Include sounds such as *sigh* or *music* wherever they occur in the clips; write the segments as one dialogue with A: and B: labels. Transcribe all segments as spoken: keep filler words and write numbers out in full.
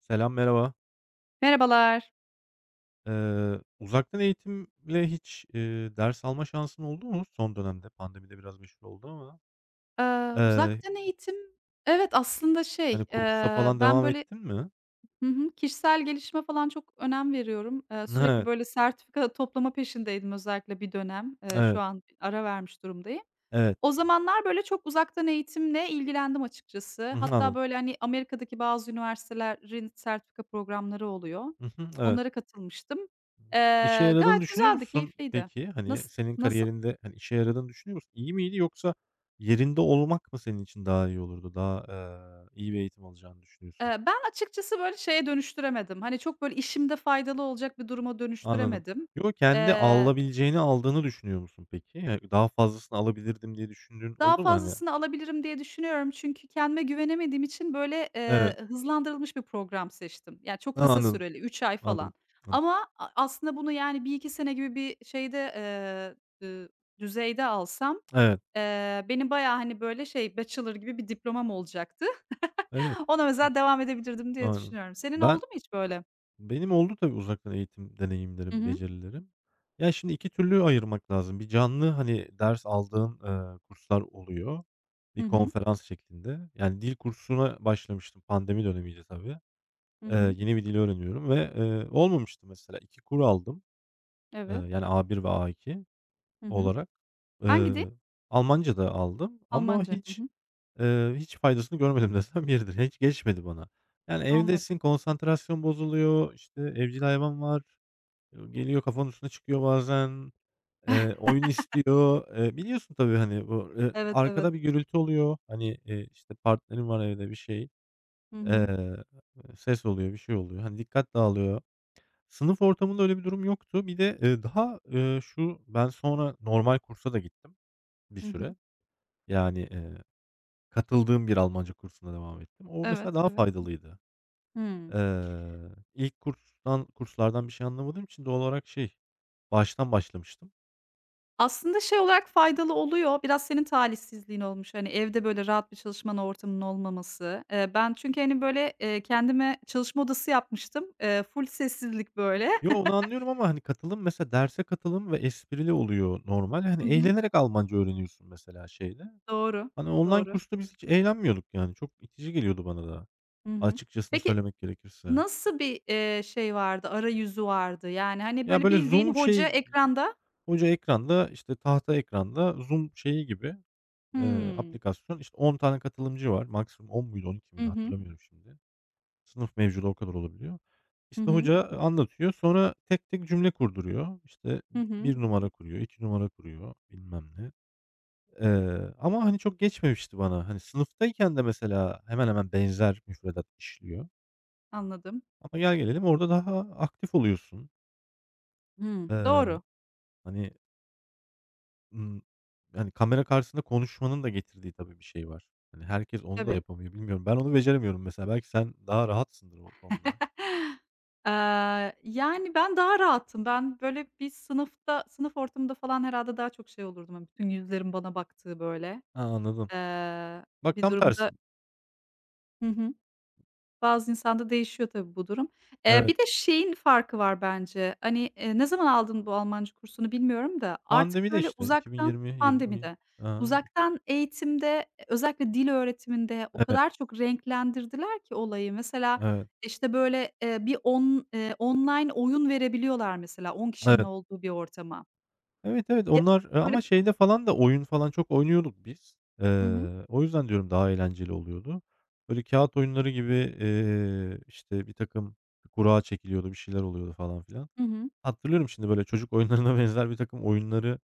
A: Selam, merhaba.
B: Merhabalar.
A: Eee, uzaktan eğitimle hiç, eee, ders alma şansın oldu mu son dönemde? Pandemide biraz meşhur oldu ama,
B: Eee,
A: eee,
B: uzaktan eğitim. Evet, aslında şey,
A: hani, kursa
B: eee,
A: falan
B: ben
A: devam
B: böyle.
A: ettin mi?
B: Hı hı. Kişisel gelişime falan çok önem veriyorum. Eee, sürekli
A: Evet,
B: böyle sertifika toplama peşindeydim özellikle bir dönem. Eee, şu
A: evet,
B: an ara vermiş durumdayım.
A: evet.
B: O zamanlar böyle çok uzaktan eğitimle ilgilendim açıkçası.
A: Hı hı,
B: Hatta
A: anladım.
B: böyle, hani, Amerika'daki bazı üniversitelerin sertifika programları oluyor.
A: Hı hı, evet.
B: Onlara katılmıştım. Eee,
A: İşe yaradığını
B: Gayet
A: düşünüyor
B: güzeldi,
A: musun
B: keyifliydi.
A: peki? Hani,
B: Nasıl?
A: senin
B: nasıl?
A: kariyerinde, hani, işe yaradığını düşünüyor musun? İyi miydi yoksa yerinde olmak mı senin için daha iyi olurdu? Daha, eee, iyi bir eğitim alacağını düşünüyorsun?
B: Eee, ben açıkçası, böyle, şeye dönüştüremedim. Hani, çok, böyle, işimde faydalı olacak bir duruma
A: Anladım.
B: dönüştüremedim.
A: Yo, kendi
B: Eee,
A: alabileceğini aldığını düşünüyor musun peki? Yani daha fazlasını alabilirdim diye düşündüğün
B: Daha
A: oldu mu hani?
B: fazlasını alabilirim diye düşünüyorum çünkü kendime güvenemediğim için, böyle,
A: Evet.
B: eee, hızlandırılmış bir program seçtim. Yani, çok
A: Ha,
B: kısa
A: anladım,
B: süreli, üç ay
A: anladım,
B: falan,
A: anladım.
B: ama a aslında bunu, yani, bir iki sene gibi bir şeyde, eee, ııı, düzeyde alsam,
A: Evet,
B: eee, benim bayağı, hani, böyle, şey, bachelor gibi bir diplomam olacaktı.
A: evet.
B: *laughs* Ona mesela devam edebilirdim diye
A: Aynen.
B: düşünüyorum. Senin
A: Ben
B: oldu mu hiç böyle?
A: benim oldu tabii uzaktan eğitim
B: Hı
A: deneyimlerim,
B: hı.
A: becerilerim. Ya, şimdi iki türlü ayırmak lazım. Bir canlı, hani, ders aldığım, eee, kurslar oluyor. Bir
B: Hı hı.
A: konferans şeklinde. Yani dil kursuna başlamıştım. Pandemi dönemiydi tabii.
B: Hı
A: Eee,
B: hı.
A: yeni bir dil öğreniyorum ve, eee, olmamıştı mesela. iki kur aldım. Eee,
B: Evet.
A: yani A bir ve A iki
B: Hı hı.
A: olarak, eee,
B: Hangi dil?
A: Almanca da aldım ama
B: Almanca. Hı
A: hiç,
B: hı.
A: eee, hiç faydasını görmedim *laughs* desem yeridir. Hiç geçmedi bana. Yani evdesin,
B: Anladım.
A: konsantrasyon bozuluyor, işte, evcil hayvan var, eee, geliyor kafanın üstüne çıkıyor bazen, eee, oyun istiyor. Eee, biliyorsun tabii, hani, bu, eee,
B: Evet, evet.
A: arkada bir gürültü oluyor. Hani, eee, işte, partnerin var evde, bir şey,
B: Hı hı.
A: eee, ses oluyor, bir şey oluyor. Hani, dikkat dağılıyor. Sınıf ortamında öyle bir durum yoktu. Bir de, eee, daha, eee, şu, ben sonra normal kursa da gittim bir
B: Hı hı.
A: süre. Yani, eee, katıldığım bir Almanca kursuna devam ettim. O
B: Evet,
A: mesela daha
B: evet.
A: faydalıydı.
B: Hımm.
A: Eee, ilk kurstan kurslardan bir şey anlamadığım için doğal olarak şey, baştan başlamıştım.
B: Aslında şey olarak faydalı oluyor. Biraz senin talihsizliğin olmuş. Hani, evde böyle rahat bir çalışma ortamının olmaması. Eee, ben çünkü, hani, böyle, eee, kendime çalışma odası yapmıştım. Eee, ful sessizlik böyle.
A: Yo, onu anlıyorum ama, hani, katılım mesela derse katılım ve esprili oluyor normal. Hani,
B: Hı hı.
A: eğlenerek Almanca öğreniyorsun mesela şeyde.
B: Doğru,
A: Hani, online
B: doğru.
A: kursta biz hiç eğlenmiyorduk yani. Çok itici geliyordu bana da
B: Hı hı.
A: açıkçasını
B: Peki,
A: söylemek gerekirse.
B: nasıl bir, eee, şey vardı, arayüzü vardı? Yani, hani,
A: Ya,
B: böyle
A: böyle
B: bildiğin
A: Zoom
B: hoca
A: şey,
B: ekranda.
A: koca ekranda, işte, tahta ekranda Zoom şeyi gibi, eee,
B: Hımm.
A: aplikasyon. İşte on tane katılımcı var. Maksimum on muydu, on iki
B: Hı
A: miydi
B: hı.
A: hatırlamıyorum şimdi. Sınıf mevcudu o kadar olabiliyor.
B: Hı
A: İşte,
B: hı.
A: hoca e, anlatıyor. Sonra tek tek cümle kurduruyor. İşte,
B: Hı hı.
A: bir numara kuruyor, iki numara kuruyor, bilmem ne. Eee, ama, hani, çok geçmemişti bana. Hani, sınıftayken de mesela hemen hemen benzer müfredat işliyor.
B: Anladım.
A: Ama gel gelelim orada daha aktif oluyorsun.
B: Hımm.
A: Eee,
B: Doğru.
A: hani Imm, yani, kamera karşısında konuşmanın da getirdiği tabii bir şey var. Hani, herkes onu da
B: Tabii.
A: yapamıyor, bilmiyorum. Ben onu beceremiyorum mesela. Belki sen daha rahatsındır o konuda.
B: *laughs* Eee, yani, ben daha rahattım. Ben, böyle, bir sınıfta, sınıf ortamında falan herhâlde daha çok şey olurdum. Hani, bütün yüzlerin bana baktığı, böyle,
A: Ha, anladım.
B: eee,
A: Bak
B: bir
A: tam tersi.
B: durumda. Hı hı. Bazı insanda değişiyor tabii bu durum. Eee,
A: Evet.
B: bir de şeyin farkı var bence, hani, eee, ne zaman aldın bu Almanca kursunu bilmiyorum da, artık
A: Pandemi de
B: böyle
A: işte
B: uzaktan,
A: iki bin yirmi-yirmi.
B: pandemide.
A: Aha,
B: Uzaktan eğitimde, özellikle dil öğretiminde o
A: evet,
B: kadar çok renklendirdiler ki olayı. Mesela,
A: evet,
B: işte, böyle, eee, bir on eee, online oyun verebiliyorlar mesela, on kişinin
A: evet.
B: olduğu bir ortama.
A: Evet, evet,
B: Ya,
A: onlar, eee,
B: böyle.
A: ama şeyde falan da oyun falan çok oynuyorduk biz.
B: Hı hı.
A: Eee, o yüzden diyorum daha eğlenceli oluyordu. Böyle kâğıt oyunları gibi, eee, işte, birtakım kura çekiliyordu, bir şeyler oluyordu falan filan.
B: Hı hı.
A: Hatırlıyorum şimdi böyle çocuk oyunlarına *laughs* benzer birtakım oyunları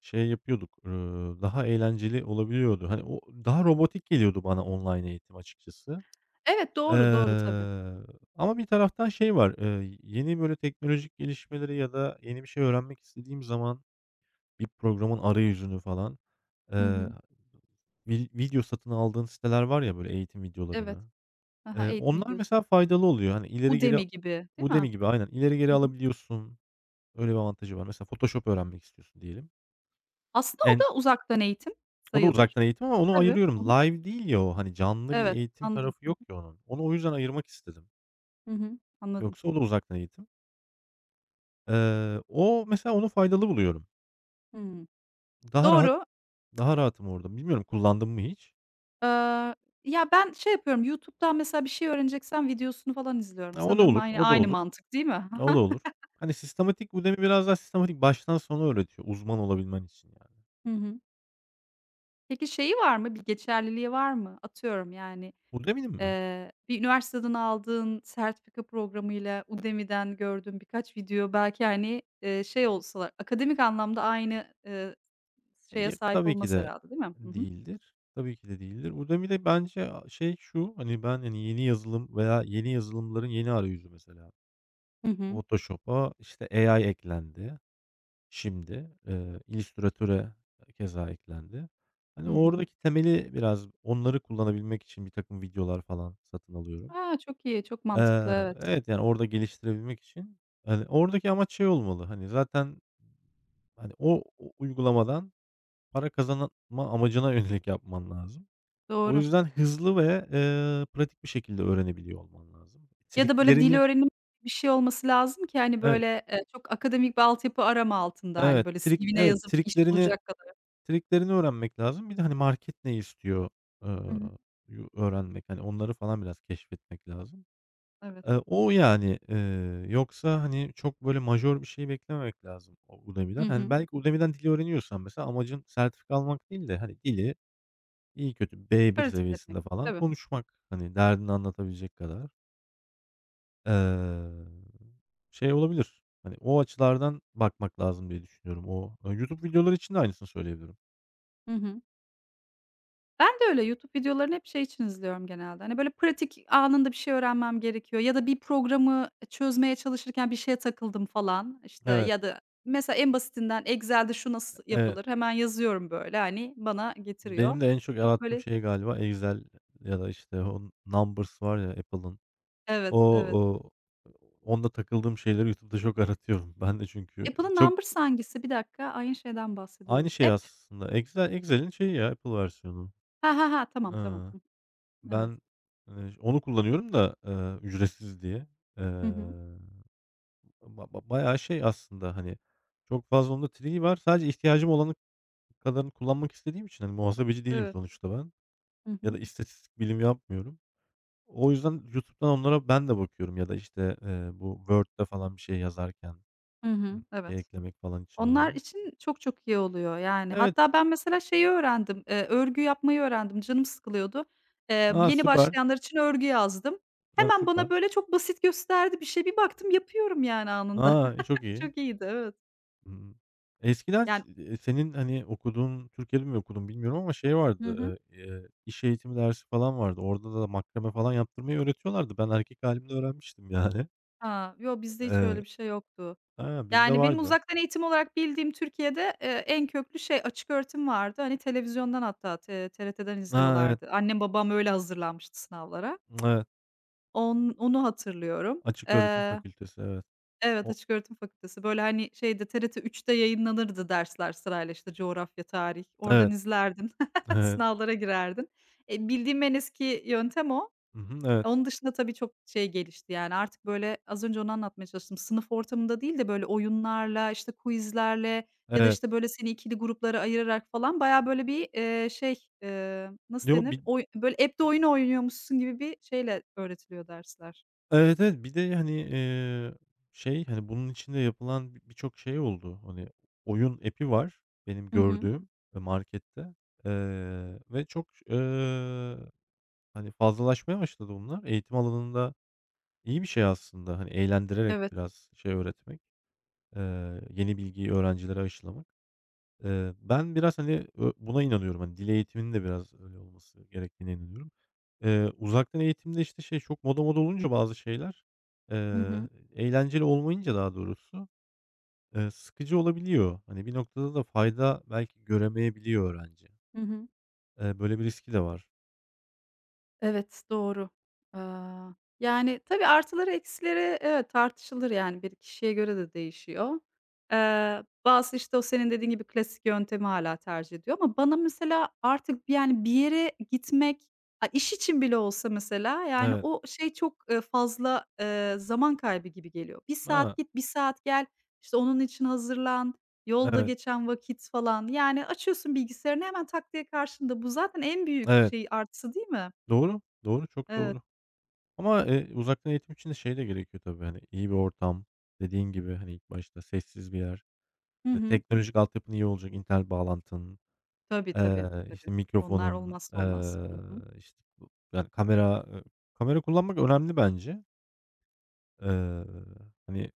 A: şey yapıyorduk, ııı, daha eğlenceli olabiliyordu. Hani, o daha robotik geliyordu bana online eğitim açıkçası.
B: Evet, doğru, doğru tabii.
A: Eee, Ama bir taraftan şey var, eee, yeni böyle teknolojik gelişmeleri ya da yeni bir şey öğrenmek istediğim zaman bir programın arayüzünü falan,
B: Hı
A: eee,
B: hı.
A: vi video satın aldığın siteler var ya böyle eğitim
B: Evet.
A: videolarını,
B: Hı hı,
A: eee,
B: eğitim
A: onlar
B: videosu.
A: mesela faydalı oluyor. Hani, ileri geri
B: Udemy gibi, değil mi?
A: Udemy gibi aynen ileri geri
B: Hı hı.
A: alabiliyorsun. Öyle bir avantajı var. Mesela Photoshop öğrenmek istiyorsun diyelim.
B: Aslında o
A: En
B: da uzaktan eğitim
A: O da
B: sayılır.
A: uzaktan eğitim ama onu
B: Tabii. Hı
A: ayırıyorum.
B: hı.
A: Live değil ya o, hani, canlı bir
B: Evet,
A: eğitim
B: anladım.
A: tarafı
B: Hı hı.
A: yok ya onun. Onu o yüzden ayırmak istedim.
B: Hı hı. Anladım.
A: Yoksa o da uzaktan eğitim. Eee, o mesela onu faydalı buluyorum.
B: Hımm.
A: Daha rahat
B: Doğru.
A: daha rahatım orada. Bilmiyorum kullandım mı hiç?
B: Eee, Ya, ben şey yapıyorum, YouTube'dan mesela bir şey öğreneceksem videosunu falan izliyorum.
A: Ha, o da
B: Sanırım
A: olur,
B: aynı
A: o da
B: aynı
A: olur,
B: mantık, değil mi?
A: o da olur.
B: *laughs*
A: Hani, sistematik Udemy biraz daha sistematik baştan sona öğretiyor uzman olabilmen için yani.
B: Hı hı. Hı hı. Peki, şeyi var mı, bir geçerliliği var mı? Atıyorum, yani,
A: Udemy'nin mi?
B: eee, bir üniversiteden aldığın sertifika programıyla Udemy'den gördüğün birkaç video belki, hani, eee, şey olsalar akademik anlamda aynı, eee, şeye
A: Eee,
B: sahip
A: tabii ki
B: olmaz
A: de
B: herhâlde, değil mi? Hı hı.
A: değildir. Tabii ki de değildir. Udemy'de bence, şey şu, hani, ben, hani, yeni yazılım veya yeni yazılımların yeni arayüzü mesela.
B: Hı hı.
A: Photoshop'a, işte, A I eklendi şimdi. Eee, Illustrator'a keza eklendi. Hani,
B: Hı hı.
A: oradaki temeli biraz onları kullanabilmek için birtakım videolar falan satın alıyorum.
B: A, çok iyi, çok mantıklı,
A: Eee,
B: evet.
A: evet, yani, orada geliştirebilmek için, hani, oradaki amaç şey olmalı, hani, zaten, hani, o o uygulamadan para kazanma amacına yönelik yapman lazım. O
B: Doğru.
A: yüzden hızlı ve, eee, pratik bir şekilde öğrenebiliyor olman lazım.
B: Ya da böyle dil
A: Triklerini.
B: öğrenimi bir şey olması lazım ki, hani,
A: Evet,
B: böyle, eee, çok akademik bir altyapı arama altında, hani,
A: evet,
B: böyle
A: trik
B: C V'ne
A: evet,
B: yazıp iş
A: triklerini
B: bulacak kadar.
A: Triklerini öğrenmek lazım. Bir de, hani, market ne istiyor,
B: Hı
A: ııı,
B: hı.
A: yu öğrenmek, hani, onları falan biraz keşfetmek lazım.
B: Evet.
A: Eee, o, yani. Eee, yoksa, hani, çok böyle majör bir şey beklememek lazım o Udemy'den.
B: Hı
A: Hani,
B: hı.
A: belki Udemy'den dili öğreniyorsan mesela amacın sertifika almak değil de, hani, dili iyi kötü B bir
B: Pratik etmek.
A: seviyesinde falan
B: Tabii.
A: konuşmak. Hani, derdini anlatabilecek kadar. Eee, Şey olabilir, hani, o açılardan bakmak lazım diye düşünüyorum. O, eee, YouTube videoları için de aynısını söyleyebilirim.
B: Hı hı. Ben de öyle YouTube videolarını hep şey için izliyorum genelde, hani, böyle pratik, anında bir şey öğrenmem gerekiyor ya da bir programı çözmeye çalışırken bir şeye takıldım falan, işte,
A: Evet,
B: ya da mesela en basitinden Excel'de şu nasıl
A: evet.
B: yapılır, hemen yazıyorum böyle, hani, bana getiriyor.
A: Benim de en çok
B: Çok
A: arattığım
B: böyle.
A: şey galiba Excel ya da, işte, o Numbers var ya Apple'ın.
B: Evet,
A: O
B: evet.
A: o onda takıldığım şeyleri YouTube'da çok *laughs* aratıyorum. Ben de çünkü
B: Apple'ın
A: çok
B: Numbers hangisi? Bir dakika, aynı şeyden
A: aynı
B: bahsediyoruz.
A: şey
B: App.
A: aslında. Excel Excel'in şeyi ya Apple versiyonu.
B: Ha ha ha, tamam, tamam.
A: Iıı,
B: Hıh, evet.
A: ben, eee, onu kullanıyorum da, eee, ücretsiz diye. Eee,
B: Hı hı.
A: ba ba bayağı şey aslında, hani, çok fazla onda trick'i var. Sadece ihtiyacım olanı kadarını kullanmak istediğim için, hani, muhasebeci değilim
B: Evet.
A: sonuçta ben
B: Hı
A: ya
B: hı.
A: da istatistik bilimi yapmıyorum. O yüzden YouTube'dan onlara ben de bakıyorum ya da, işte, eee, bu Word'de falan bir şey yazarken,
B: Hı
A: ımm,
B: hı.
A: şey
B: Evet.
A: eklemek falan için
B: Onlar
A: oraya.
B: için çok çok iyi oluyor yani.
A: Evet,
B: Hatta ben mesela şeyi öğrendim, eee, örgü yapmayı öğrendim. Canım sıkılıyordu. Eee,
A: a,
B: yeni
A: süper,
B: başlayanlar için örgü yazdım.
A: a,
B: Hemen
A: süper,
B: bana böyle çok basit gösterdi bir şey. Bir baktım yapıyorum, yani, anında.
A: a, e, çok
B: *laughs*
A: iyi.
B: Çok iyiydi, evet.
A: Hımm. Eskiden
B: Yani.
A: ş eee, senin, hani, okuduğun, Türkiye'de mi okudun bilmiyorum ama şey
B: Hı hı.
A: vardı, eee, eee, iş eğitimi dersi falan vardı. Orada da makrame falan yaptırmayı öğretiyorlardı. Ben erkek hâlimde öğrenmiştim yani. *laughs*
B: Ha, yo, bizde hiç
A: Eee,
B: öyle bir şey yoktu.
A: ha, bizde
B: Yani, benim
A: vardı.
B: uzaktan eğitim olarak bildiğim Türkiye'de, eee, en köklü şey açık öğretim vardı. Hani, televizyondan, hatta te- T TRT'den
A: Ha, evet,
B: izliyorlardı. Annem babam öyle hazırlanmıştı sınavlara.
A: evet.
B: On onu hatırlıyorum.
A: Açık öğretim
B: Eee,
A: fakültesi, evet.
B: evet,
A: O
B: açık öğretim fakültesi. Böyle, hani, şeyde T R T üçte yayınlanırdı dersler sırayla, işte, coğrafya, tarih. Oradan
A: Evet,
B: izlerdin, *laughs*
A: evet.
B: sınavlara girerdin. E, bildiğim en eski yöntem o.
A: Hı hı, evet,
B: Onun dışında tabii çok şey gelişti, yani, artık, böyle, az önce onu anlatmaya çalıştım. Sınıf ortamında değil de, böyle, oyunlarla, işte, quiz'lerle ya da,
A: evet.
B: işte, böyle, seni ikili gruplara ayırarak falan bayağı, böyle, bir, eee, şey, eee, nasıl
A: Yo,
B: denir?
A: bi
B: Oy, böyle, app'te oyun oynuyormuşsun gibi bir şeyle öğretiliyor dersler.
A: evet, evet. Bir de, hani, eee, şey, hani, bunun içinde yapılan bi birçok şey oldu. Hani, oyun app'i var benim
B: Hı hı.
A: gördüğüm, eee, markette, eee, ve çok, eee, hani, fazlalaşmaya başladı bunlar. Eğitim alanında iyi bir şey aslında. Hani, eğlendirerek
B: Evet.
A: biraz şey öğretmek, eee, yeni bilgiyi öğrencilere aşılamak. Eee, ben biraz, hani, ö buna inanıyorum. Hani, dil eğitiminin de biraz öyle olması gerektiğine inanıyorum. Eee, uzaktan eğitimde, işte, şey çok moda moda olunca bazı şeyler,
B: Hı
A: eee,
B: hı.
A: eğlenceli olmayınca daha doğrusu, eee, sıkıcı olabiliyor. Hani, bir noktada da fayda belki göremeyebiliyor öğrenci.
B: Hı hı.
A: Eee, böyle bir riski de var.
B: Evet, doğru. Aaa, yani, tabii artıları eksileri, evet, tartışılır, yani, bir kişiye göre de değişiyor. Eee, bazısı, işte, o senin dediğin gibi klasik yöntemi hala tercih ediyor ama bana mesela artık, bir- yani, bir yere gitmek, a, iş için bile olsa mesela, yani,
A: Evet.
B: o şey çok, eee, fazla, eee, zaman kaybı gibi geliyor. Bir
A: Ha,
B: saat git, bir saat gel, işte, onun için hazırlan, yolda
A: evet,
B: geçen vakit falan. Yani, açıyorsun bilgisayarını hemen tak diye karşında. Bu zaten en büyük
A: evet.
B: şey, artısı, değil mi?
A: Doğru, doğru, çok
B: Evet.
A: doğru. Ama, eee, uzaktan eğitim için de şey de gerekiyor tabii, hani, iyi bir ortam, dediğin gibi, hani, ilk başta sessiz bir yer.
B: Hı
A: Eee,
B: hı.
A: teknolojik altyapın iyi olacak, internet bağlantın,
B: Tabii, tabii,
A: eee, işte,
B: tabii. Onlar
A: mikrofonun,
B: olmazsa olmaz.
A: eee,
B: Hı hı.
A: işte, bu yani kamera, eee, kamera kullanmak önemli bence. Eee, Hani,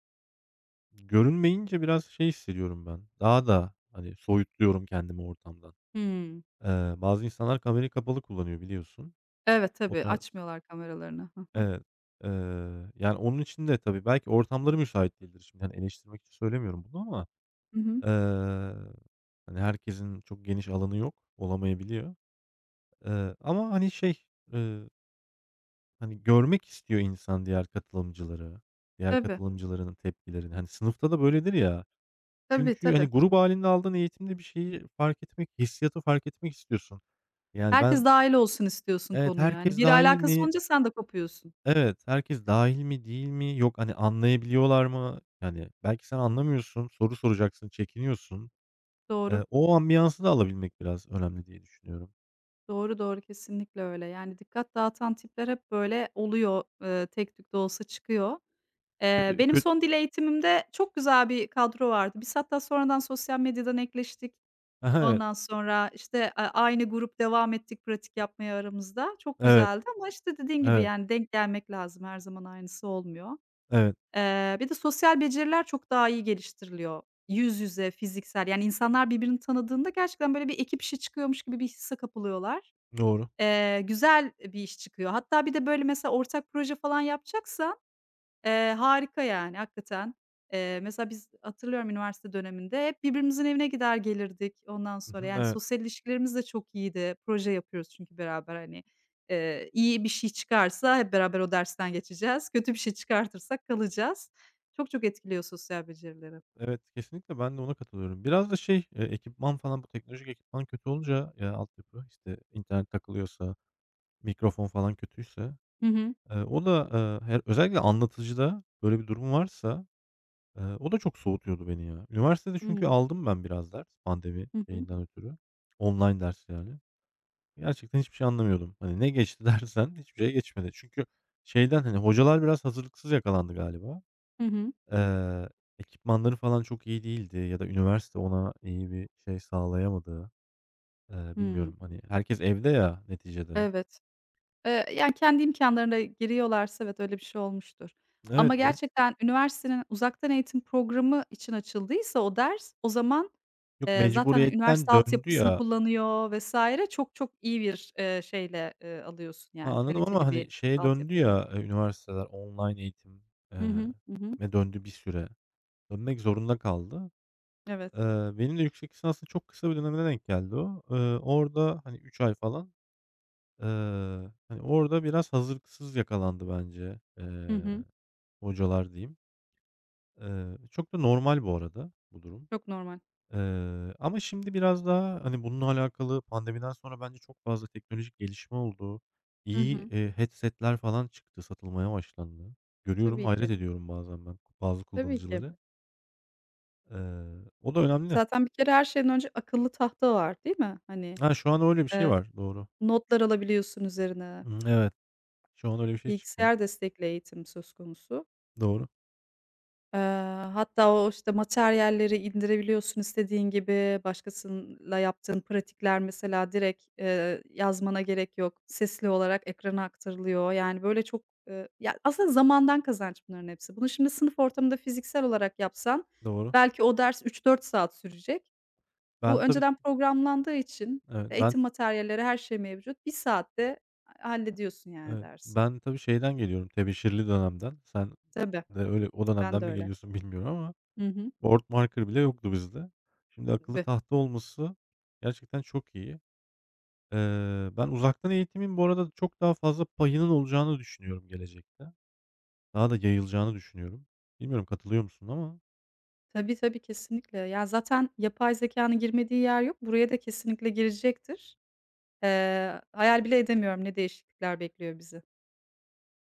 A: görünmeyince biraz şey hissediyorum ben, daha da, hani, soyutluyorum kendimi ortamdan.
B: Hımm.
A: Eee, bazı insanlar kamerayı kapalı kullanıyor biliyorsun.
B: Evet,
A: O
B: tabii,
A: tarz
B: açmıyorlar kameralarını. Hı hı.
A: Evet. Eee, Yani onun için de tabii belki ortamları müsait değildir şimdi, hani, eleştirmek için söylemiyorum bunu ama,
B: Hı hı.
A: eee, hani, herkesin çok geniş alanı yok, olamayabiliyor. Eee, ama, hani, şey, eee, hani, görmek istiyor insan diğer katılımcıları, diğer
B: Tabii,
A: katılımcılarının tepkilerini. Hani, sınıfta da böyledir ya.
B: tabii,
A: Çünkü,
B: tabii.
A: hani, grup halinde aldığın eğitimde bir şeyi fark etmek, hissiyatı fark etmek istiyorsun. Yani, ben
B: Herkes dâhil olsun istiyorsun
A: evet,
B: konuya. Hani,
A: herkes
B: biri
A: dahil
B: alakasız
A: mi?
B: olunca sen de kopuyorsun.
A: Evet, herkes dahil mi, değil mi? Yok, hani, anlayabiliyorlar mı? Yani, belki sen anlamıyorsun, soru soracaksın, çekiniyorsun.
B: Doğru,
A: Eee, o ambiyansı da alabilmek biraz önemli diye düşünüyorum.
B: doğru, doğru. Kesinlikle öyle. Yani, dikkat dağıtan tipler hep böyle oluyor, eee, tek tük de olsa çıkıyor. Eee,
A: Kötü
B: benim
A: kötü.
B: son dil eğitimimde çok güzel bir kadro vardı. Biz hatta sonradan sosyal medyadan ekleştik.
A: Hı *laughs* evet.
B: Ondan sonra, işte, a aynı grup devam ettik pratik yapmaya aramızda. Çok
A: Evet,
B: güzeldi ama, işte, dediğin gibi,
A: evet,
B: yani, denk gelmek lazım. Her zaman aynısı olmuyor.
A: evet.
B: Eee, bir de sosyal beceriler çok daha iyi geliştiriliyor. Yüz yüze, fiziksel, yani, insanlar birbirini tanıdığında gerçekten, böyle, bir ekip işi çıkıyormuş gibi bir hisse kapılıyorlar.
A: Doğru.
B: Eee, güzel bir iş çıkıyor. Hatta bir de, böyle, mesela ortak proje falan yapacaksa. Eee, harika, yani, hakikaten. Eee, mesela biz, hatırlıyorum, üniversite döneminde hep birbirimizin evine gider gelirdik ondan
A: Hı
B: sonra.
A: hı,
B: Yani
A: evet.
B: sosyal ilişkilerimiz de çok iyiydi. Proje yapıyoruz çünkü beraber, hani. Eee, iyi bir şey çıkarsa hep beraber o dersten geçeceğiz. Kötü bir şey çıkartırsak kalacağız. Çok çok etkiliyor sosyal becerileri.
A: Evet, kesinlikle ben de ona katılıyorum. Biraz da şey, eee, ekipman falan bu teknolojik ekipman kötü olunca, eee, altyapı, işte, internet takılıyorsa, mikrofon falan kötüyse,
B: Hı hı.
A: eee, o da, eee, her özellikle anlatıcıda böyle bir durum varsa, eee, o da çok soğutuyordu beni ya. Üniversitede
B: Hı
A: çünkü
B: hı.
A: aldım ben biraz ders pandemi
B: Hı hı.
A: şeyinden ötürü. Online ders yani. Gerçekten hiçbir şey anlamıyordum. Hani, ne geçti *laughs* dersen hiçbir şey geçmedi. Çünkü şeyden, hani, hocalar biraz hazırlıksız yakalandı galiba.
B: Hı hı.
A: Eee, Ekipmanları falan çok iyi değildi ya da üniversite ona iyi bir şey sağlayamadı. Eee,
B: Hımm.
A: bilmiyorum, hani, herkes evde ya neticede.
B: Evet. Eee, yani, kendi imkânlarıyla giriyorlarsa, evet, öyle bir şey olmuştur.
A: Evet,
B: Ama
A: o
B: gerçekten üniversitenin uzaktan eğitim programı için açıldıysa o ders, o zaman,
A: yok
B: eee, zaten, hani,
A: mecburiyetten
B: üniversite
A: döndü
B: altyapısını
A: ya.
B: kullanıyor vesaire Çok çok iyi bir, eee, şeyle, eee, alıyorsun,
A: Ha,
B: yani,
A: anladım ama,
B: kaliteli bir
A: hani, şeye döndü
B: altyapıyla.
A: ya, eee, üniversiteler online eğitim eee,
B: Hı hı. Hı hı.
A: me döndü bir süre. Dönmek zorunda kaldı.
B: Evet.
A: Eee, benim de yüksek lisansın çok kısa bir dönemine denk geldi o. Eee, orada, hani, üç ay falan, eee, hani, orada biraz hazırlıksız yakalandı bence,
B: Hı
A: eee,
B: hı.
A: hocalar diyeyim. Eee, çok da normal bu arada bu durum.
B: Çok normal.
A: Eee, ama şimdi biraz daha, hani, bununla alakalı pandemiden sonra bence çok fazla teknolojik gelişme oldu.
B: Hı
A: İyi,
B: hı.
A: eee, headset'ler falan çıktı, satılmaya başlandı. Görüyorum,
B: Tabii
A: hayret
B: ki.
A: ediyorum bazen ben bazı
B: Tabii ki.
A: kullanıcıları. Eee, o da önemli.
B: Zaten bir kere her şeyden önce akıllı tahta var, değil mi? Hani,
A: Ha, şu an öyle bir şey
B: eee,
A: var, doğru.
B: notlar alabiliyorsun üzerine,
A: Hımm, evet, şu an öyle bir şey çıktı.
B: bilgisayar destekli eğitim söz konusu.
A: Doğru,
B: Eee, Hatta o, işte, materyalleri indirebiliyorsun istediğin gibi. Başkasıyla yaptığın pratikler mesela direkt, eee, yazmana gerek yok. Sesli olarak ekrana aktarılıyor. Yani, böyle, çok, eee, ya, aslında zamandan kazanç bunların hepsi. Bunu şimdi sınıf ortamında fiziksel olarak yapsan
A: doğru.
B: belki o ders üç dört saat sürecek. Bu
A: Ben tabii,
B: önceden programlandığı için
A: evet, ben
B: eğitim materyalleri, her şey mevcut. Bir saatte hallediyorsun, yani,
A: evet,
B: dersi.
A: ben tabii şeyden geliyorum, tebeşirli dönemden. Sen
B: Tabii,
A: de öyle o
B: ben
A: dönemden
B: de
A: mi
B: öyle.
A: geliyorsun bilmiyorum ama
B: Hı hı.
A: Board marker bile yoktu bizde. Şimdi akıllı tahta olması gerçekten çok iyi. Eee, ben uzaktan eğitimin bu arada çok daha fazla payının olacağını düşünüyorum gelecekte. Daha da yayılacağını düşünüyorum. Bilmiyorum katılıyor musun ama?
B: Tabii, tabii, kesinlikle. Ya, zaten yapay zekanın girmediği yer yok. Buraya da kesinlikle girecektir. Eee, hayal bile edemiyorum ne değişiklikler bekliyor bizi.